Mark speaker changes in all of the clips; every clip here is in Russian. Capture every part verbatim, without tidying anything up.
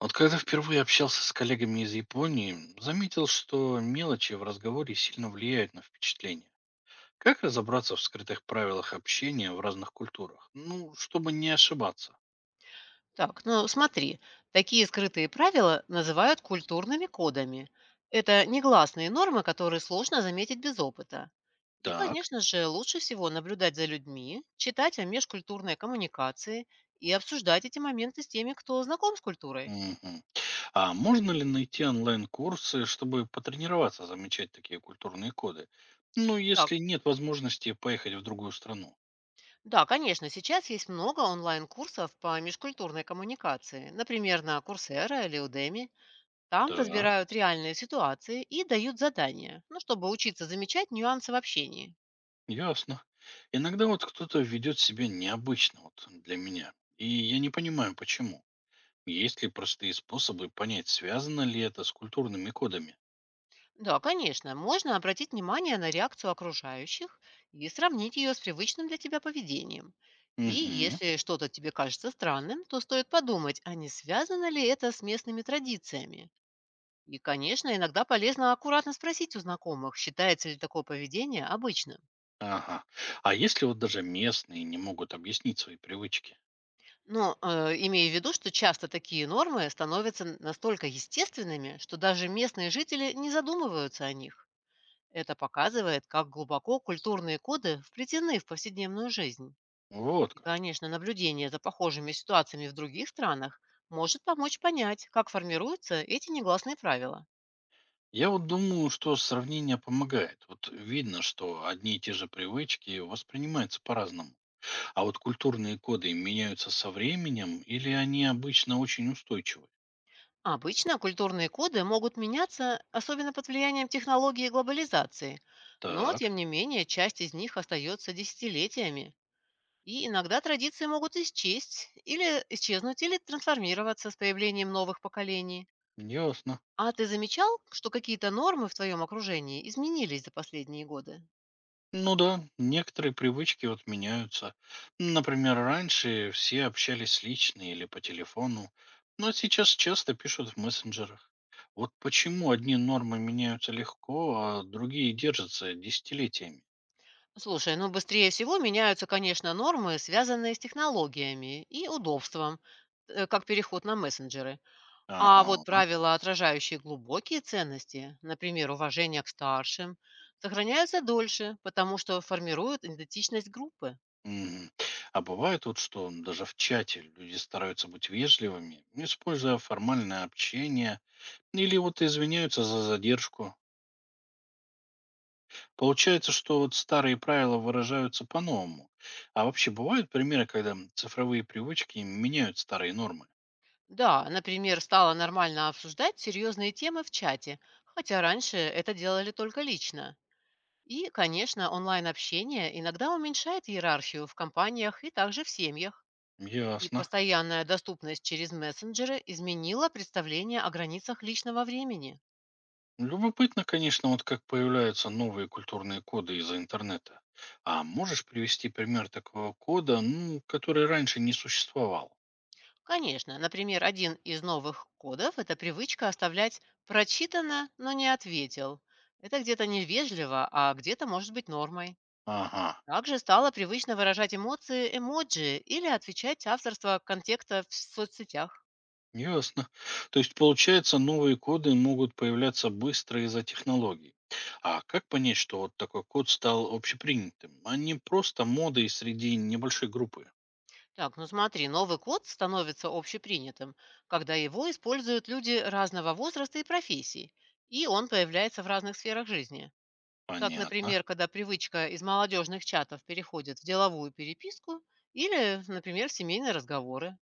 Speaker 1: Вот когда впервые общался с коллегами из Японии, заметил, что мелочи в разговоре сильно влияют на впечатление. Как разобраться в скрытых правилах общения в разных культурах? Ну, чтобы не ошибаться.
Speaker 2: Так, ну смотри, такие скрытые правила называют культурными кодами. Это негласные нормы, которые сложно заметить без опыта. И,
Speaker 1: Так.
Speaker 2: конечно же, лучше всего наблюдать за людьми, читать о межкультурной коммуникации и обсуждать эти моменты с теми, кто знаком с культурой.
Speaker 1: Мгм. А можно ли найти онлайн-курсы, чтобы потренироваться замечать такие культурные коды? Ну,
Speaker 2: Так,
Speaker 1: если нет возможности поехать в другую страну.
Speaker 2: да, конечно, сейчас есть много онлайн-курсов по межкультурной коммуникации, например, на Coursera или Udemy. Там
Speaker 1: Так,
Speaker 2: разбирают реальные ситуации и дают задания, ну, чтобы учиться замечать нюансы в общении.
Speaker 1: ясно. Иногда вот кто-то ведет себя необычно вот для меня, и я не понимаю, почему. Есть ли простые способы понять, связано ли это с культурными кодами?
Speaker 2: Да, конечно, можно обратить внимание на реакцию окружающих и сравнить ее с привычным для тебя поведением. И
Speaker 1: Угу.
Speaker 2: если что-то тебе кажется странным, то стоит подумать, а не связано ли это с местными традициями. И, конечно, иногда полезно аккуратно спросить у знакомых, считается ли такое поведение обычным.
Speaker 1: Ага. А если вот даже местные не могут объяснить свои привычки?
Speaker 2: Но э, имея в виду, что часто такие нормы становятся настолько естественными, что даже местные жители не задумываются о них. Это показывает, как глубоко культурные коды вплетены в повседневную жизнь.
Speaker 1: Вот
Speaker 2: И,
Speaker 1: как.
Speaker 2: конечно, наблюдение за похожими ситуациями в других странах может помочь понять, как формируются эти негласные правила.
Speaker 1: Я вот думаю, что сравнение помогает. Вот видно, что одни и те же привычки воспринимаются по-разному. А вот культурные коды меняются со временем или они обычно очень устойчивы?
Speaker 2: Обычно культурные коды могут меняться, особенно под влиянием технологий и глобализации, но,
Speaker 1: Так,
Speaker 2: тем не менее, часть из них остается десятилетиями. И иногда традиции могут исчесть или исчезнуть, или трансформироваться с появлением новых поколений.
Speaker 1: ясно.
Speaker 2: А ты замечал, что какие-то нормы в твоем окружении изменились за последние годы?
Speaker 1: Ну да, некоторые привычки вот меняются. Например, раньше все общались лично или по телефону, но сейчас часто пишут в мессенджерах. Вот почему одни нормы меняются легко, а другие держатся десятилетиями.
Speaker 2: Слушай, ну быстрее всего меняются, конечно, нормы, связанные с технологиями и удобством, э, как переход на мессенджеры. А вот
Speaker 1: Ага.
Speaker 2: правила, отражающие глубокие ценности, например, уважение к старшим, сохраняются дольше, потому что формируют идентичность группы.
Speaker 1: Мгм. А бывает вот, что даже в чате люди стараются быть вежливыми, используя формальное общение, или вот извиняются за задержку. Получается, что вот старые правила выражаются по-новому. А вообще бывают примеры, когда м, цифровые привычки меняют старые нормы?
Speaker 2: Да, например, стало нормально обсуждать серьезные темы в чате, хотя раньше это делали только лично. И, конечно, онлайн-общение иногда уменьшает иерархию в компаниях и также в семьях. И
Speaker 1: Ясно.
Speaker 2: постоянная доступность через мессенджеры изменила представление о границах личного времени.
Speaker 1: Любопытно, конечно, вот как появляются новые культурные коды из-за интернета. А можешь привести пример такого кода, ну, который раньше не существовал?
Speaker 2: Конечно, например, один из новых кодов– это привычка оставлять «прочитано, но не ответил». Это где-то невежливо, а где-то может быть нормой.
Speaker 1: Ага.
Speaker 2: Также стало привычно выражать эмоции эмоджи или отвечать авторство контекста в соцсетях.
Speaker 1: Ясно. То есть, получается, новые коды могут появляться быстро из-за технологий. А как понять, что вот такой код стал общепринятым, а не просто модой среди небольшой группы?
Speaker 2: Так, ну смотри, новый код становится общепринятым, когда его используют люди разного возраста и профессий, и он появляется в разных сферах жизни. Так,
Speaker 1: Понятно.
Speaker 2: например, когда привычка из молодежных чатов переходит в деловую переписку или, например, семейные разговоры.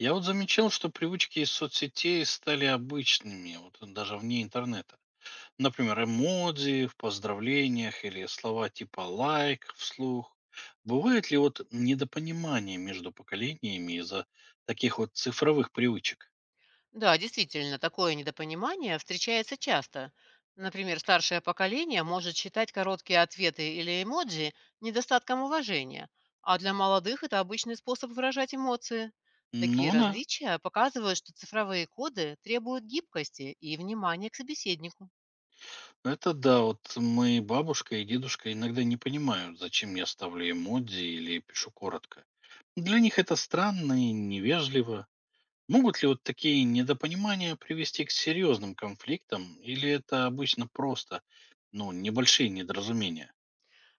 Speaker 1: Я вот замечал, что привычки из соцсетей стали обычными, вот даже вне интернета. Например, эмодзи в поздравлениях или слова типа лайк вслух. Бывает ли вот недопонимание между поколениями из-за таких вот цифровых привычек?
Speaker 2: Да, действительно, такое недопонимание встречается часто. Например, старшее поколение может считать короткие ответы или эмоджи недостатком уважения, а для молодых это обычный способ выражать эмоции. Такие
Speaker 1: Ну да.
Speaker 2: различия показывают, что цифровые коды требуют гибкости и внимания к собеседнику.
Speaker 1: Это да, вот мои бабушка и дедушка иногда не понимают, зачем я ставлю эмодзи или пишу коротко. Для них это странно и невежливо. Могут ли вот такие недопонимания привести к серьезным конфликтам, или это обычно просто, ну, небольшие недоразумения?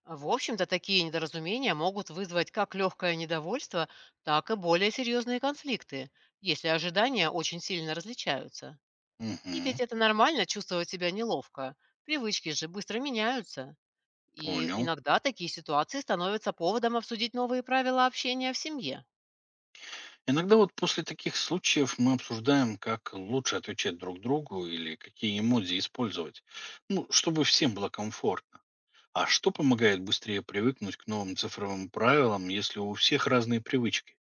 Speaker 2: В общем-то, такие недоразумения могут вызвать как легкое недовольство, так и более серьезные конфликты, если ожидания очень сильно различаются. И ведь
Speaker 1: Угу,
Speaker 2: это нормально чувствовать себя неловко. Привычки же быстро меняются. И
Speaker 1: понял.
Speaker 2: иногда такие ситуации становятся поводом обсудить новые правила общения в семье.
Speaker 1: Иногда вот после таких случаев мы обсуждаем, как лучше отвечать друг другу или какие эмодзи использовать, ну, чтобы всем было комфортно. А что помогает быстрее привыкнуть к новым цифровым правилам, если у всех разные привычки?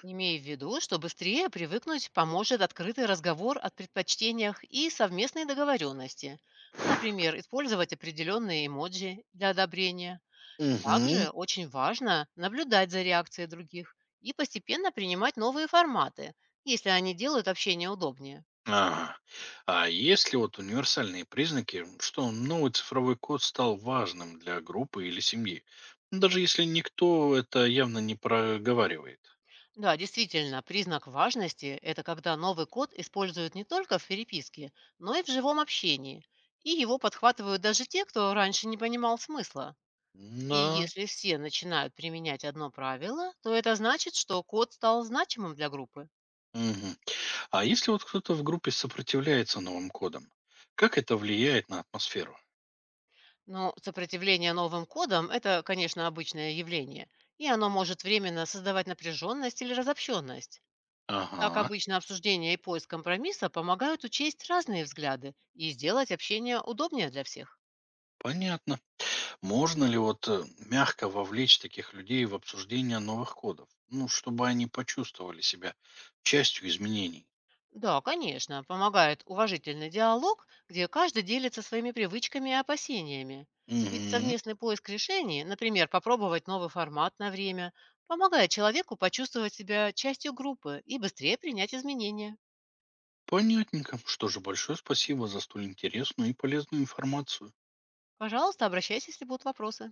Speaker 2: Имей в виду, что быстрее привыкнуть поможет открытый разговор о предпочтениях и совместной договоренности. Например, использовать определенные эмоджи для одобрения.
Speaker 1: Угу.
Speaker 2: Также очень важно наблюдать за реакцией других и постепенно принимать новые форматы, если они делают общение удобнее.
Speaker 1: Ага. А есть ли вот универсальные признаки, что новый цифровой код стал важным для группы или семьи? Ну, даже если никто это явно не проговаривает.
Speaker 2: Да, действительно, признак важности– это когда новый код используют не только в переписке, но и в живом общении. И его подхватывают даже те, кто раньше не понимал смысла. И
Speaker 1: Да.
Speaker 2: если все начинают применять одно правило, то это значит, что код стал значимым для группы.
Speaker 1: Мгм. А если вот кто-то в группе сопротивляется новым кодам, как это влияет на атмосферу?
Speaker 2: Но сопротивление новым кодам– это, конечно, обычное явление, и оно может временно создавать напряженность или разобщенность. Так
Speaker 1: Ага,
Speaker 2: обычно обсуждение и поиск компромисса помогают учесть разные взгляды и сделать общение удобнее для всех.
Speaker 1: понятно. Можно ли вот э, мягко вовлечь таких людей в обсуждение новых кодов? Ну, чтобы они почувствовали себя частью изменений.
Speaker 2: Да, конечно, помогает уважительный диалог, где каждый делится своими привычками и опасениями. Ведь
Speaker 1: Мгм.
Speaker 2: совместный поиск решений, например, попробовать новый формат на время, помогает человеку почувствовать себя частью группы и быстрее принять изменения.
Speaker 1: Понятненько. Что же, большое спасибо за столь интересную и полезную информацию.
Speaker 2: Пожалуйста, обращайся, если будут вопросы.